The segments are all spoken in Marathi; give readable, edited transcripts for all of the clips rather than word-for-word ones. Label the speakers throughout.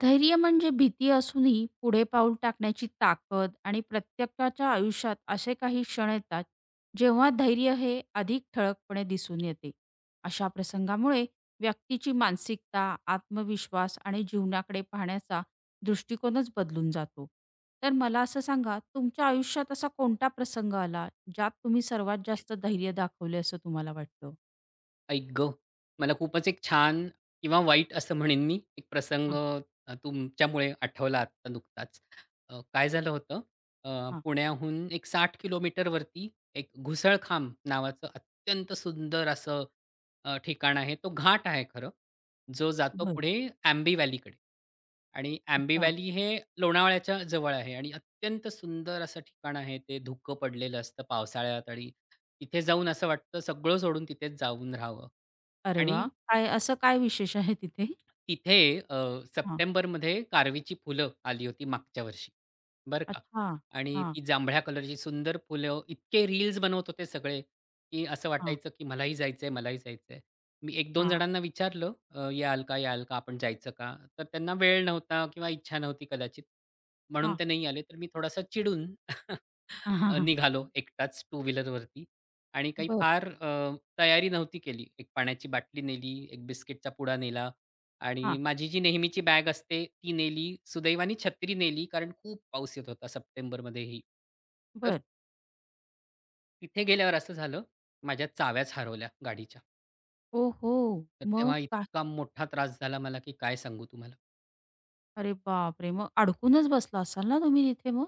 Speaker 1: धैर्य म्हणजे भीती असूनही पुढे पाऊल टाकण्याची ताकद आणि प्रत्येकाच्या आयुष्यात असे काही क्षण येतात जेव्हा धैर्य हे अधिक ठळकपणे दिसून येते. अशा प्रसंगामुळे व्यक्तीची मानसिकता, आत्मविश्वास आणि जीवनाकडे पाहण्याचा दृष्टिकोनच बदलून जातो. तर मला असं सांगा, तुमच्या आयुष्यात असा कोणता प्रसंग आला ज्यात तुम्ही सर्वात जास्त धैर्य दाखवले असं तुम्हाला वाटतं?
Speaker 2: ऐक गं! मला खूपच एक छान किंवा वाईट असं म्हणेन मी, एक प्रसंग
Speaker 1: हां.
Speaker 2: तुमच्यामुळे आठवला आत्ता नुकताच. काय झालं होतं, अ,
Speaker 1: हां.
Speaker 2: पुण्याहून एक 60 किलोमीटरवरती एक घुसळखांब नावाचं अत्यंत सुंदर असं ठिकाण आहे. तो घाट आहे खरं, जो जातो
Speaker 1: बरं.
Speaker 2: पुढे आंबी व्हॅलीकडे. आणि आंबी
Speaker 1: अच्छा.
Speaker 2: व्हॅली हे लोणावळ्याच्या जवळ आहे आणि अत्यंत सुंदर असं ठिकाण आहे ते. धुकं पडलेलं असतं पावसाळ्यात आणि तिथे जाऊन असं वाटतं सगळं सोडून तिथेच जाऊन राहावं.
Speaker 1: अरे
Speaker 2: आणि
Speaker 1: वा, काय, असं काय विशेष आहे तिथे?
Speaker 2: तिथे अ, सप्टेंबरमध्ये कारवीची फुलं आली होती मागच्या वर्षी, बरं का.
Speaker 1: अच्छा.
Speaker 2: आणि
Speaker 1: हां,
Speaker 2: ती जांभळ्या कलरची सुंदर फुलं इतके रील्स बनवत होते सगळे, की असं
Speaker 1: हां,
Speaker 2: वाटायचं की मलाही जायचंय, मलाही जायचंय. मी 1-2
Speaker 1: हां,
Speaker 2: जणांना विचारलं, "याल का, याल का? आपण जायचं का?" तर त्यांना वेळ नव्हता किंवा इच्छा नव्हती कदाचित, म्हणून ते नाही आले. तर मी थोडासा चिडून
Speaker 1: हां.
Speaker 2: निघालो एकटाच टू व्हीलरवरती. आणि काही
Speaker 1: बरं.
Speaker 2: फार तयारी नव्हती केली. एक पाण्याची बाटली नेली, एक बिस्किटचा पुडा नेला आणि
Speaker 1: हां,
Speaker 2: माझी जी नेहमीची बॅग असते ती नेली. सुदैवाने छत्री नेली, कारण खूप पाऊस येत होता सप्टेंबरमध्येही. तर
Speaker 1: बरं.
Speaker 2: तिथे गेल्यावर असं झालं, माझ्या चाव्याच हरवल्या गाडीच्या.
Speaker 1: ओहो!
Speaker 2: तर
Speaker 1: मग
Speaker 2: तेव्हा
Speaker 1: काय?
Speaker 2: इतका मोठा त्रास झाला मला की काय सांगू तुम्हाला.
Speaker 1: अरे बापरे! मग अडकूनच बसला असाल ना तुम्ही तिथे मग?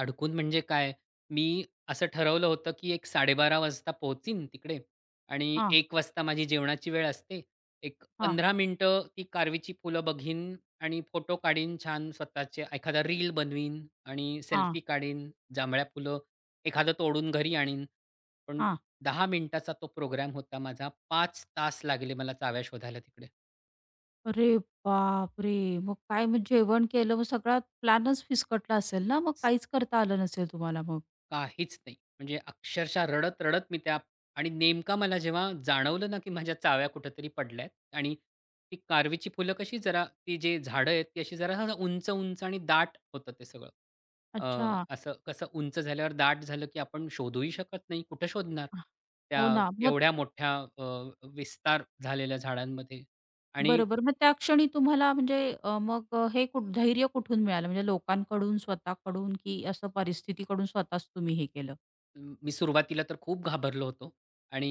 Speaker 2: अडकून म्हणजे काय, मी असं ठरवलं होतं, की एक 12:30 वाजता पोहोचीन तिकडे आणि
Speaker 1: हां,
Speaker 2: एक वाजता माझी जेवणाची वेळ असते. एक
Speaker 1: हां,
Speaker 2: 15 मिनिटं ती कारवीची फुलं बघीन आणि फोटो काढीन छान स्वतःचे. एखादा रील बनवीन आणि
Speaker 1: हां,
Speaker 2: सेल्फी काढीन, जांभळ्या फुलं एखादं तोडून घरी आणीन. पण
Speaker 1: हां.
Speaker 2: 10 मिनिटाचा तो प्रोग्राम होता माझा. 5 तास लागले मला चाव्या शोधायला तिकडे.
Speaker 1: अरे बापरे! मग काय, मग जेवण केलं, मग सगळा प्लॅनच फिसकटला असेल ना, मग काहीच करता आलं नसेल तुम्हाला मग?
Speaker 2: काहीच नाही. म्हणजे अक्षरशः रडत-रडत मी त्या आणि नेमका मला जेव्हा जाणवलं ना, की माझ्या चाव्या कुठेतरी पडल्यात. आणि ती कारवीची फुलं कशी जरा ती जे झाडं आहेत, ती अशी जरा उंच-उंच आणि दाट होतं ते सगळं. अ,
Speaker 1: अच्छा.
Speaker 2: असं कसं उंच झाल्यावर दाट झालं, की आपण शोधूही शकत नाही. कुठं शोधणार?
Speaker 1: हो
Speaker 2: त्या
Speaker 1: ना. मग
Speaker 2: एवढ्या मोठ्या विस्तार झालेल्या झाडांमध्ये. आणि
Speaker 1: बरोबर. मग त्या क्षणी तुम्हाला म्हणजे, मग हे धैर्य कुठून मिळालं? म्हणजे लोकांकडून, स्वतःकडून, की असं परिस्थितीकडून स्वतःच तुम्ही हे केलं?
Speaker 2: मी सुरुवातीला तर खूप घाबरलो होतो आणि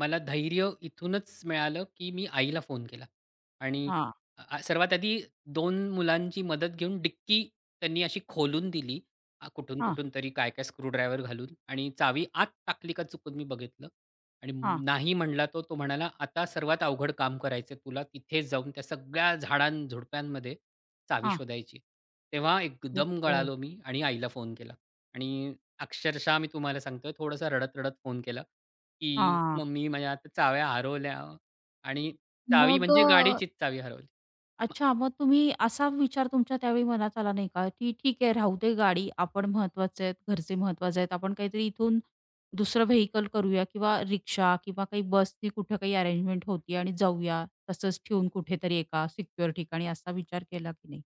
Speaker 2: मला धैर्य इथूनच मिळालं, की मी आईला फोन केला. आणि
Speaker 1: हां,
Speaker 2: सर्वात आधी दोन मुलांची मदत घेऊन डिक्की त्यांनी अशी खोलून दिली.
Speaker 1: हां.
Speaker 2: कुठून-कुठून तरी काय-काय स्क्रूड्रायव्हर घालून आणि चावी आत टाकली का चुकून मी बघितलं आणि
Speaker 1: हां,
Speaker 2: नाही म्हणला तो. तो म्हणाला, "आता सर्वात अवघड काम करायचं तुला. तिथेच जाऊन त्या सगळ्या झाडां-झुडप्यांमध्ये चावी
Speaker 1: हां.
Speaker 2: शोधायची." तेव्हा एकदम
Speaker 1: ओहो!
Speaker 2: गळालो मी आणि आईला फोन केला आणि अक्षरशः मी तुम्हाला सांगतोय थोडंसं रडत-रडत फोन केला, की
Speaker 1: हां.
Speaker 2: "मम्मी माझ्या आता चाव्या हरवल्या" आणि चावी
Speaker 1: मग
Speaker 2: म्हणजे गाडीचीच चावी हरवली.
Speaker 1: अच्छा, मग तुम्ही असा विचार तुमच्या त्यावेळी मनात आला नाही का, की ठीक आहे राहू दे गाडी, आपण महत्वाचे आहेत, घरचे महत्वाचे आहेत. आपण काहीतरी इथून दुसरं व्हेइकल करूया किंवा रिक्षा किंवा काही बसनी कुठं काही अरेंजमेंट होतीये आणि जाऊया. तसंच ठेवून कुठेतरी एका सिक्युअर ठिकाणी, असा विचार केला की नाही?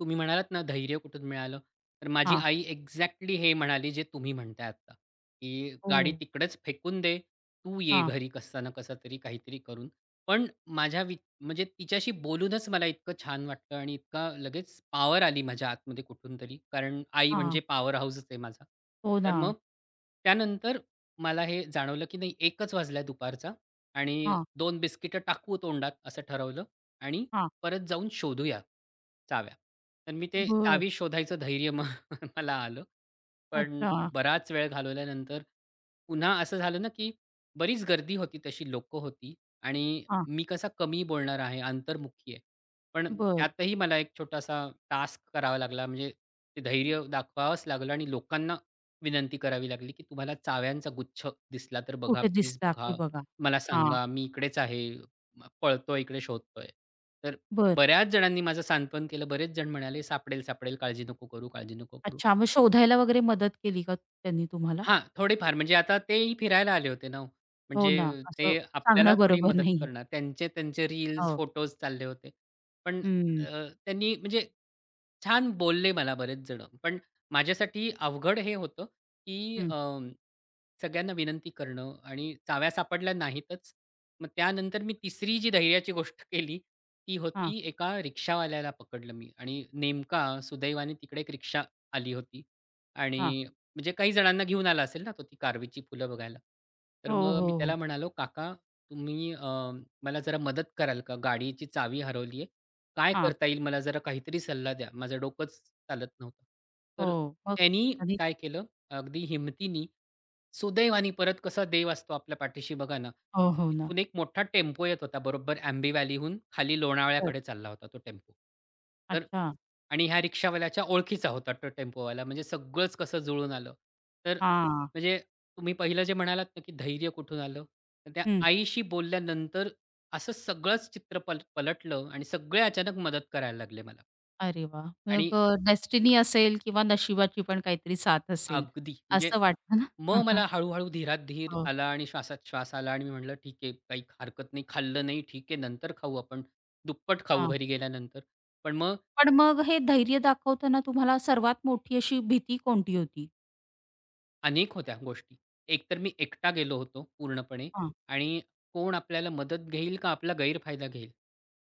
Speaker 2: तुम्ही म्हणालात ना, धैर्य कुठून मिळालं? तर माझी
Speaker 1: हां.
Speaker 2: आई एक्झॅक्टली हे म्हणाली जे तुम्ही म्हणताय आत्ता, की
Speaker 1: हो.
Speaker 2: "गाडी तिकडेच फेकून दे. तू ये
Speaker 1: हां,
Speaker 2: घरी कसा ना कसा तरी काहीतरी करून." पण माझ्या वि म्हणजे तिच्याशी बोलूनच मला इतकं छान वाटलं आणि इतका लगेच पॉवर आली माझ्या आतमध्ये कुठून तरी. कारण आई
Speaker 1: हां.
Speaker 2: म्हणजे पॉवर हाऊसच आहे माझा.
Speaker 1: हो
Speaker 2: तर
Speaker 1: ना.
Speaker 2: मग त्यानंतर मला हे जाणवलं, की नाही 1च वाजला दुपारचा आणि
Speaker 1: हां,
Speaker 2: 2 बिस्किटं टाकू तोंडात असं ठरवलं आणि
Speaker 1: हां.
Speaker 2: परत जाऊन शोधूया चाव्या. तर मी ते
Speaker 1: बरं.
Speaker 2: चावी शोधायचं धैर्य मग मला आलं. पण
Speaker 1: अच्छा.
Speaker 2: बराच वेळ घालवल्यानंतर पुन्हा असं झालं ना, की बरीच गर्दी होती, तशी लोकं होती आणि
Speaker 1: हां.
Speaker 2: मी कसा कमी बोलणार आहे, अंतर्मुखी आहे. पण
Speaker 1: बरं.
Speaker 2: त्यातही मला एक छोटासा टास्क करावा लागला. म्हणजे ते धैर्य दाखवावंच लागलं आणि लोकांना विनंती करावी लागली, की "तुम्हाला चाव्यांचा गुच्छ दिसला तर बघा,
Speaker 1: कुठे
Speaker 2: प्लीज
Speaker 1: दिसता की
Speaker 2: बघा.
Speaker 1: बघा.
Speaker 2: मला
Speaker 1: हां.
Speaker 2: सांगा, मी इकडेच आहे. म पळतोय, इकडे शोधतोय." तर
Speaker 1: बरं.
Speaker 2: बऱ्याच जणांनी माझं सांत्वन केलं. बरेच जण म्हणाले, "सापडेल, सापडेल. काळजी नको करू, काळजी नको करू."
Speaker 1: अच्छा, मग शोधायला वगैरे मदत केली का त्यांनी तुम्हाला?
Speaker 2: हां, थोडीफार म्हणजे आता तेही फिरायला आले होते ना हो.
Speaker 1: हो
Speaker 2: म्हणजे
Speaker 1: ना,
Speaker 2: ते
Speaker 1: असं
Speaker 2: आपल्याला
Speaker 1: सांगणं
Speaker 2: थोडी
Speaker 1: बरोबर
Speaker 2: मदत
Speaker 1: नाही.
Speaker 2: करणार. त्यांचे त्यांचे रील्स,
Speaker 1: हो.
Speaker 2: फोटोज चालले होते. पण अ,
Speaker 1: हं,
Speaker 2: त्यांनी म्हणजे छान बोलले मला बरेच जणं. पण माझ्यासाठी अवघड हे होतं, की
Speaker 1: हं.
Speaker 2: सगळ्यांना विनंती करणं आणि चाव्या सापडल्या नाहीतच. मग त्यानंतर मी तिसरी जी धैर्याची गोष्ट केली, ती
Speaker 1: हां,
Speaker 2: होती एका रिक्षावाल्याला पकडलं मी आणि नेमका सुदैवाने तिकडे एक रिक्षा आली होती
Speaker 1: हां.
Speaker 2: आणि म्हणजे काही जणांना घेऊन आला असेल ना तो ती कारवीची फुलं बघायला. तर
Speaker 1: हो,
Speaker 2: मग मी
Speaker 1: हो,
Speaker 2: त्याला
Speaker 1: हो.
Speaker 2: म्हणालो, "काका तुम्ही मला जरा मदत कराल का? गाडीची चावी हरवली आहे. काय
Speaker 1: हां,
Speaker 2: करता येईल मला जरा काहीतरी सल्ला द्या. माझं डोकंच चालत नव्हतं." तर
Speaker 1: हो. मग
Speaker 2: त्यांनी
Speaker 1: आणि
Speaker 2: काय केलं अगदी हिमतीने सुदैवाने परत कसा देव असतो आपल्या पाठीशी बघा ना,
Speaker 1: हो, हो ना.
Speaker 2: तिथून एक मोठा टेम्पो येत होता बरोबर आंबी व्हॅलीहून खाली
Speaker 1: बरं.
Speaker 2: लोणावळ्याकडे चालला होता तो टेम्पो. तर
Speaker 1: अच्छा.
Speaker 2: आणि ह्या रिक्षावाल्याच्या ओळखीचा होता तो टेम्पोवाला. म्हणजे सगळंच कसं जुळून आलं. तर
Speaker 1: हां.
Speaker 2: म्हणजे तुम्ही पहिलं जे म्हणालात ना, की धैर्य कुठून आलं? तर त्या
Speaker 1: हं.
Speaker 2: आईशी बोलल्यानंतर असं सगळंच चित्र पलटलं आणि सगळे अचानक मदत करायला लागले मला.
Speaker 1: अरे वा,
Speaker 2: आणि
Speaker 1: मग डेस्टिनी असेल किंवा नशिबाची पण काहीतरी साथ असेल,
Speaker 2: अगदी म्हणजे
Speaker 1: असं वाटतं ना?
Speaker 2: मग मला हळू धीरात धीर
Speaker 1: हो.
Speaker 2: आला आणि श्वासात श्वास आला आणि मी म्हटलं, "ठीक आहे, काही हरकत नाही. खाल्लं नाही, ठीक आहे. नंतर खाऊ आपण. दुप्पट खाऊ
Speaker 1: हा,
Speaker 2: घरी गेल्यानंतर." पण मग
Speaker 1: पण मग हे धैर्य दाखवताना तुम्हाला सर्वात मोठी अशी भीती कोणती होती?
Speaker 2: अनेक होत्या गोष्टी. एकतर मी एकटा गेलो होतो पूर्णपणे
Speaker 1: हां,
Speaker 2: आणि कोण आपल्याला मदत घेईल का आपला गैरफायदा घेईल,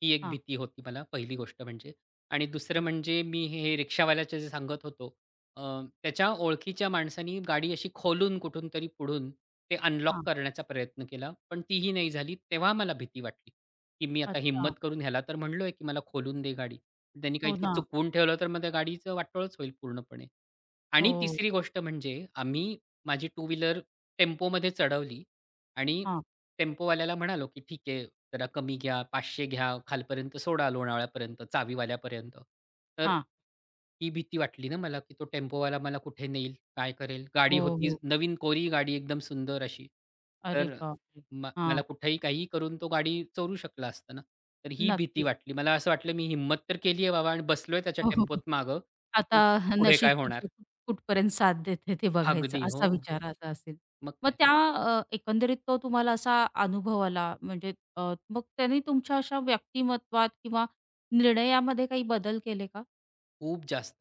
Speaker 2: ही एक
Speaker 1: हां,
Speaker 2: भीती होती मला पहिली गोष्ट म्हणजे. आणि दुसरं
Speaker 1: हां,
Speaker 2: म्हणजे मी हे रिक्षावाल्याचं जे सांगत होतो, अ, त्याच्या ओळखीच्या माणसानी गाडी अशी खोलून कुठूनतरी पुढून ते अनलॉक
Speaker 1: हां.
Speaker 2: करण्याचा प्रयत्न केला, पण तीही नाही झाली. तेव्हा मला भीती वाटली, की मी आता
Speaker 1: अच्छा.
Speaker 2: हिम्मत करून ह्याला तर म्हणलोय, की मला खोलून दे गाडी. त्यांनी
Speaker 1: हो
Speaker 2: काहीतरी
Speaker 1: ना.
Speaker 2: चुकवून ठेवलं तर मग त्या गाडीचं वाटोळच होईल पूर्णपणे. आणि
Speaker 1: हो.
Speaker 2: तिसरी गोष्ट म्हणजे आम्ही माझी टू व्हीलर टेम्पोमध्ये चढवली आणि
Speaker 1: हां,
Speaker 2: टेम्पोवाल्याला म्हणालो, की "ठीक आहे, जरा कमी घ्या, 500 घ्या, खालपर्यंत सोडा लोणावळ्यापर्यंत, चावीवाल्यापर्यंत." तर
Speaker 1: हां.
Speaker 2: ही भीती वाटली ना मला, की तो टेम्पोवाला मला कुठे नेईल, काय करेल? गाडी
Speaker 1: हो,
Speaker 2: होती
Speaker 1: हो.
Speaker 2: नवीन कोरी गाडी, एकदम सुंदर अशी.
Speaker 1: अरे
Speaker 2: तर
Speaker 1: बापरे!
Speaker 2: म मला
Speaker 1: हां,
Speaker 2: कुठेही काहीही करून तो गाडी चोरू शकला असता ना. तर ही भीती
Speaker 1: नक्कीच.
Speaker 2: वाटली. मला असं वाटलं, मी हिम्मत तर केली आहे बाबा आणि बसलोय त्याच्या
Speaker 1: हो, हो, हो.
Speaker 2: टेम्पोत मागं, पण
Speaker 1: आता
Speaker 2: पुढे
Speaker 1: नशीब
Speaker 2: काय होणार?
Speaker 1: किती कुठपर्यंत साथ देते ते बघायचं,
Speaker 2: अगदी, हो.
Speaker 1: असा विचार आता असेल.
Speaker 2: मग
Speaker 1: मग
Speaker 2: काय.
Speaker 1: त्या एकंदरीत तो तुम्हाला असा अनुभव आला म्हणजे, मग त्याने तुमच्या अशा व्यक्तिमत्वात किंवा निर्णयामध्ये काही बदल केले का?
Speaker 2: खूप जास्त.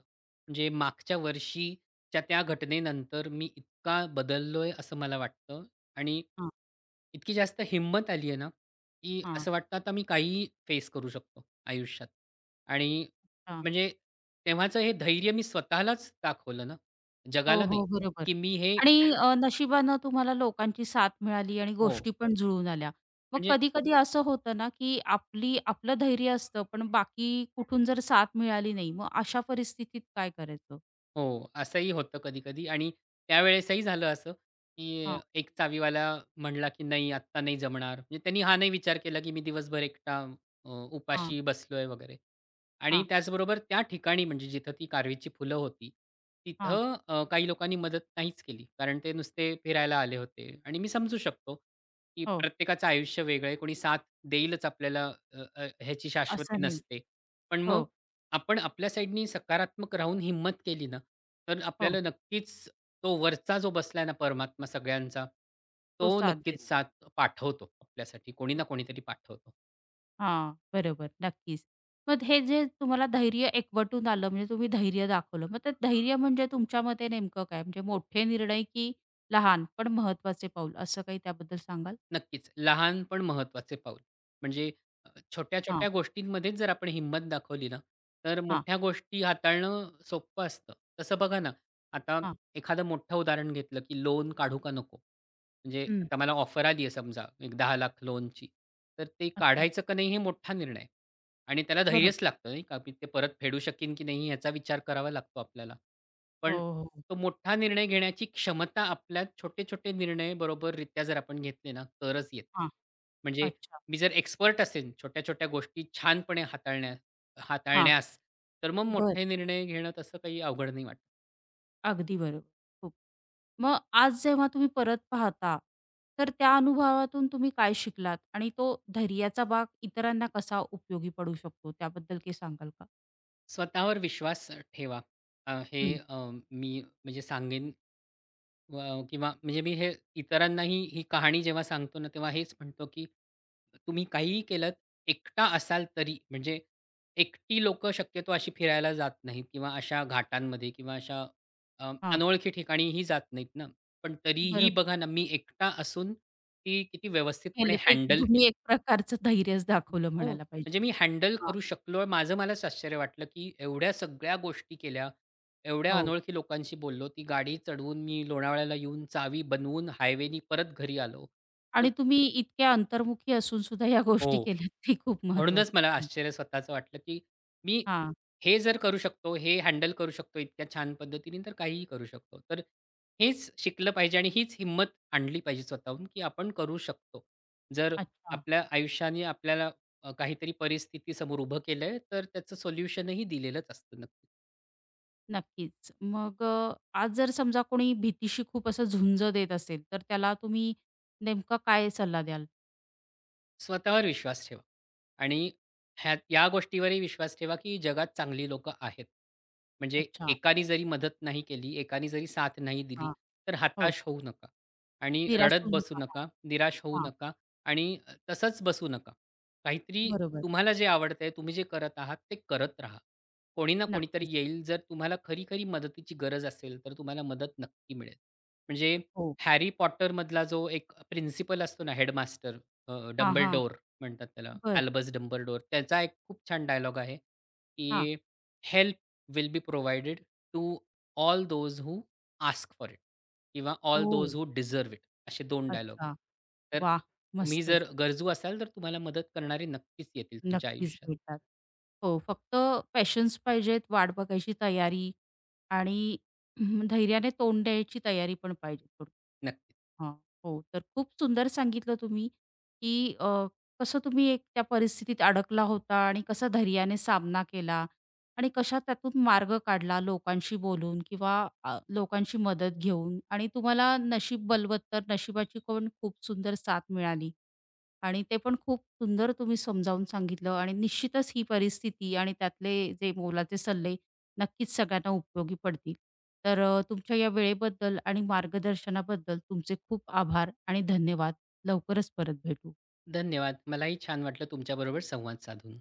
Speaker 2: म्हणजे मागच्या वर्षीच्या त्या घटनेनंतर मी इतका बदललोय असं मला वाटतं आणि
Speaker 1: हां,
Speaker 2: इतकी जास्त हिंमत आली आहे ना, की
Speaker 1: हां.
Speaker 2: असं वाटतं आता मी काहीही फेस करू शकतो आयुष्यात. आणि
Speaker 1: हां.
Speaker 2: म्हणजे तेव्हाचं हे धैर्य मी स्वतःलाच दाखवलं ना,
Speaker 1: हो,
Speaker 2: जगाला नाही,
Speaker 1: हो. बरोबर.
Speaker 2: की मी हे
Speaker 1: आणि नशिबानं तुम्हाला लोकांची साथ मिळाली आणि
Speaker 2: हो.
Speaker 1: गोष्टी पण जुळून आल्या. मग
Speaker 2: म्हणजे
Speaker 1: कधी-कधी असं होतं ना, की आपली आपलं धैर्य असतं, पण बाकी कुठून जर साथ मिळाली नाही, मग अशा परिस्थितीत काय करायचं?
Speaker 2: हो, असंही होतं कधी-कधी आणि त्यावेळेसही झालं असं, की
Speaker 1: हां,
Speaker 2: एक चावीवाला म्हणला, की "नाही, आत्ता नाही जमणार." म्हणजे त्यांनी हा नाही विचार केला, की मी दिवसभर एकटा अ,
Speaker 1: हां,
Speaker 2: उपाशी बसलोय वगैरे. आणि
Speaker 1: हां,
Speaker 2: त्याचबरोबर त्या ठिकाणी म्हणजे जिथं ती कारवीची फुलं होती,
Speaker 1: हां.
Speaker 2: तिथं काही लोकांनी मदत नाहीच केली. कारण ते नुसते फिरायला आले होते आणि मी समजू शकतो, की
Speaker 1: हो.
Speaker 2: प्रत्येकाचं आयुष्य वेगळं आहे. कोणी साथ देईलच आपल्याला अ, अ, ह्याची शाश्वती
Speaker 1: असं नाही.
Speaker 2: नसते. पण
Speaker 1: हो,
Speaker 2: मग आपण आपल्या साईडनी सकारात्मक राहून हिंमत केली ना, तर
Speaker 1: हो.
Speaker 2: आपल्याला नक्कीच तो वरचा जो बसलाय ना परमात्मा सगळ्यांचा,
Speaker 1: तो
Speaker 2: तो
Speaker 1: साथ
Speaker 2: नक्कीच
Speaker 1: देतो.
Speaker 2: साथ पाठवतो आपल्यासाठी. कोणी ना कोणीतरी पाठवतो.
Speaker 1: हां, बरोबर. नक्कीच. मग हे जे तुम्हाला धैर्य एकवटून आलं, म्हणजे तुम्ही धैर्य दाखवलं. मग ते धैर्य म्हणजे तुमच्या मते नेमकं काय? म्हणजे मोठे निर्णय की लहान पण महत्वाचे पाऊल, असं काही त्याबद्दल सांगाल?
Speaker 2: नक्कीच. लहान पण महत्वाचे पाऊल. म्हणजे अ,
Speaker 1: हां,
Speaker 2: छोट्या-छोट्या गोष्टींमध्येच जर आपण हिंमत दाखवली ना, तर
Speaker 1: हां,
Speaker 2: मोठ्या गोष्टी हाताळणं सोपं असतं. तसं बघा ना, आता
Speaker 1: हां.
Speaker 2: एखादं मोठं उदाहरण घेतलं, की लोन काढू का नको? म्हणजे
Speaker 1: हं.
Speaker 2: आता मला ऑफर आली आहे समजा एक 10,00,000 लोनची. तर ते
Speaker 1: अच्छा.
Speaker 2: काढायचं का नाही हे मोठा निर्णय आहे. आणि त्याला धैर्यच
Speaker 1: बरोबर.
Speaker 2: लागतं नाही का? मी ते परत फेडू शकीन की नाही याचा विचार करावा लागतो आपल्याला.
Speaker 1: हो,
Speaker 2: पण
Speaker 1: हो, हो.
Speaker 2: तो मोठा निर्णय घेण्याची क्षमता आपल्यात छोटे-छोटे निर्णय बरोबररित्या जर आपण घेतले ना, तरच येते.
Speaker 1: हां.
Speaker 2: म्हणजे
Speaker 1: अच्छा.
Speaker 2: मी जर एक्सपर्ट असेन छोट्या-छोट्या गोष्टी छानपणे
Speaker 1: हां.
Speaker 2: हाताळण्यास, तर मग
Speaker 1: बरं.
Speaker 2: मोठे निर्णय घेणं तसं काही अवघड नाही वाटत.
Speaker 1: अगदी बरोबर. खूप. मग आज जेव्हा तुम्ही परत पाहता, तर त्या अनुभवातून तुम्ही काय शिकलात? आणि तो धैर्याचा भाग इतरांना कसा उपयोगी पडू शकतो, त्याबद्दल काही सांगाल का?
Speaker 2: स्वतःवर विश्वास ठेवा. अ, हे
Speaker 1: हं.
Speaker 2: अ, मी म्हणजे सांगेन व किंवा म्हणजे मी हे इतरांनाही ही कहाणी जेव्हा सांगतो ना, तेव्हा हेच म्हणतो, की तुम्ही काहीही केलत, एकटा असाल तरी म्हणजे एकटी लोकं शक्यतो अशी फिरायला जात नाहीत किंवा अशा घाटांमध्ये किंवा अशा
Speaker 1: हां.
Speaker 2: अनोळखी ठिकाणीही जात नाहीत ना. पण तरीही
Speaker 1: बरोबर.
Speaker 2: बघा ना, मी एकटा असून ती किती व्यवस्थितपणे
Speaker 1: केलं ते,
Speaker 2: हँडल
Speaker 1: तुम्ही
Speaker 2: केली.
Speaker 1: एक प्रकारचं धैर्यच दाखवलं
Speaker 2: हो,
Speaker 1: म्हणायला
Speaker 2: म्हणजे
Speaker 1: पाहिजे.
Speaker 2: मी हँडल
Speaker 1: हां.
Speaker 2: करू शकलो. माझं मलाच आश्चर्य वाटलं, की एवढ्या सगळ्या गोष्टी केल्या, एवढ्या
Speaker 1: हो.
Speaker 2: अनोळखी लोकांशी बोललो. ती गाडी चढवून मी लोणावळ्याला येऊन चावी बनवून हायवेनी परत घरी आलो. तर
Speaker 1: आणि तुम्ही इतक्या अंतर्मुखी असून सुद्धा ह्या गोष्टी
Speaker 2: हो.
Speaker 1: केल्यात ते खूप महत्वाचं
Speaker 2: म्हणूनच मला
Speaker 1: आहे.
Speaker 2: आश्चर्य स्वतःचं वाटलं, की मी
Speaker 1: हां.
Speaker 2: हे जर करू शकतो, हे हँडल करू शकतो इतक्या छान पद्धतीने, तर काहीही करू शकतो. तर हेच शिकलं पाहिजे आणि हीच हिंमत आणली पाहिजे स्वतःहून, की आपण करू शकतो. जर
Speaker 1: अच्छा.
Speaker 2: आपल्या आयुष्याने आपल्याला काहीतरी परिस्थिती समोर उभं केलंय, तर त्याचं सोल्युशनही दिलेलंच असतं नक्कीच.
Speaker 1: नक्कीच. मग आज जर समजा कोणी भीतीशी खूप असं झुंज देत असेल, तर त्याला तुम्ही नेमका काय सल्ला द्याल?
Speaker 2: स्वतःवर विश्वास ठेवा आणि या गोष्टीवरही विश्वास ठेवा, की जगात चांगली लोक आहेत. म्हणजे
Speaker 1: अच्छा.
Speaker 2: एकाने जरी मदत नाही केली, एकाने जरी साथ नाही दिली,
Speaker 1: हां.
Speaker 2: तर
Speaker 1: हो.
Speaker 2: हताश होऊ नका आणि
Speaker 1: निराश
Speaker 2: रडत
Speaker 1: होऊ
Speaker 2: बसू
Speaker 1: नका. हां.
Speaker 2: नका, निराश होऊ
Speaker 1: हां.
Speaker 2: नका आणि तसंच बसू नका. काहीतरी
Speaker 1: बरोबर.
Speaker 2: तुम्हाला जे आवडतंय, तुम्ही जे करत आहात, ते करत राहा. कोणी ना कोणीतरी
Speaker 1: नक्कीच.
Speaker 2: येईल. जर तुम्हाला खरी-खरी मदतीची गरज असेल, तर तुम्हाला मदत नक्की मिळेल. म्हणजे
Speaker 1: हो.
Speaker 2: हॅरी पॉटरमधला जो एक प्रिन्सिपल असतो ना हेडमास्टर,
Speaker 1: हां, हां.
Speaker 2: डंबलडोअर म्हणतात त्याला.
Speaker 1: बरं.
Speaker 2: Albus Dumbledore. त्याचा एक खूप छान डायलॉग आहे,
Speaker 1: हां.
Speaker 2: की "help will be provided to all those who ask for it" किंवा "all
Speaker 1: oh!
Speaker 2: Those who deserve it" असे 2 डायलॉग आहेत.
Speaker 1: अच्छा.
Speaker 2: तर
Speaker 1: वाह!
Speaker 2: तुम्ही
Speaker 1: मस्तच.
Speaker 2: जर गरजू असाल, तर तुम्हाला मदत करणारे नक्कीच येतील तुमच्या
Speaker 1: नक्कीच
Speaker 2: आयुष्यात.
Speaker 1: भेटतात. हो, फक्त पॅशन्स पाहिजेत, वाट बघायची तयारी आणि हम्म, धैर्याने तोंड द्यायची तयारी पण पाहिजे थोडी.
Speaker 2: नक्कीच.
Speaker 1: हां, हो. तर खूप सुंदर सांगितलं तुम्ही, की कसं तुम्ही एक त्या परिस्थितीत अडकला होता आणि कसा धैर्याने सामना केला आणि कशा त्यातून मार्ग काढला लोकांशी बोलून किंवा लोकांची मदत घेऊन, आणि तुम्हाला नशीब बलवत्तर नशिबाची पण खूप सुंदर साथ मिळाली. आणि ते पण खूप सुंदर तुम्ही समजावून सांगितलं, आणि निश्चितच ही परिस्थिती आणि त्यातले जे मोलाचे सल्ले नक्कीच सगळ्यांना उपयोगी पडतील. तर तुमच्या या वेळेबद्दल आणि मार्गदर्शनाबद्दल तुमचे खूप आभार आणि धन्यवाद. लवकरच परत भेटू.
Speaker 2: धन्यवाद. मलाही छान वाटलं तुमच्याबरोबर संवाद साधून.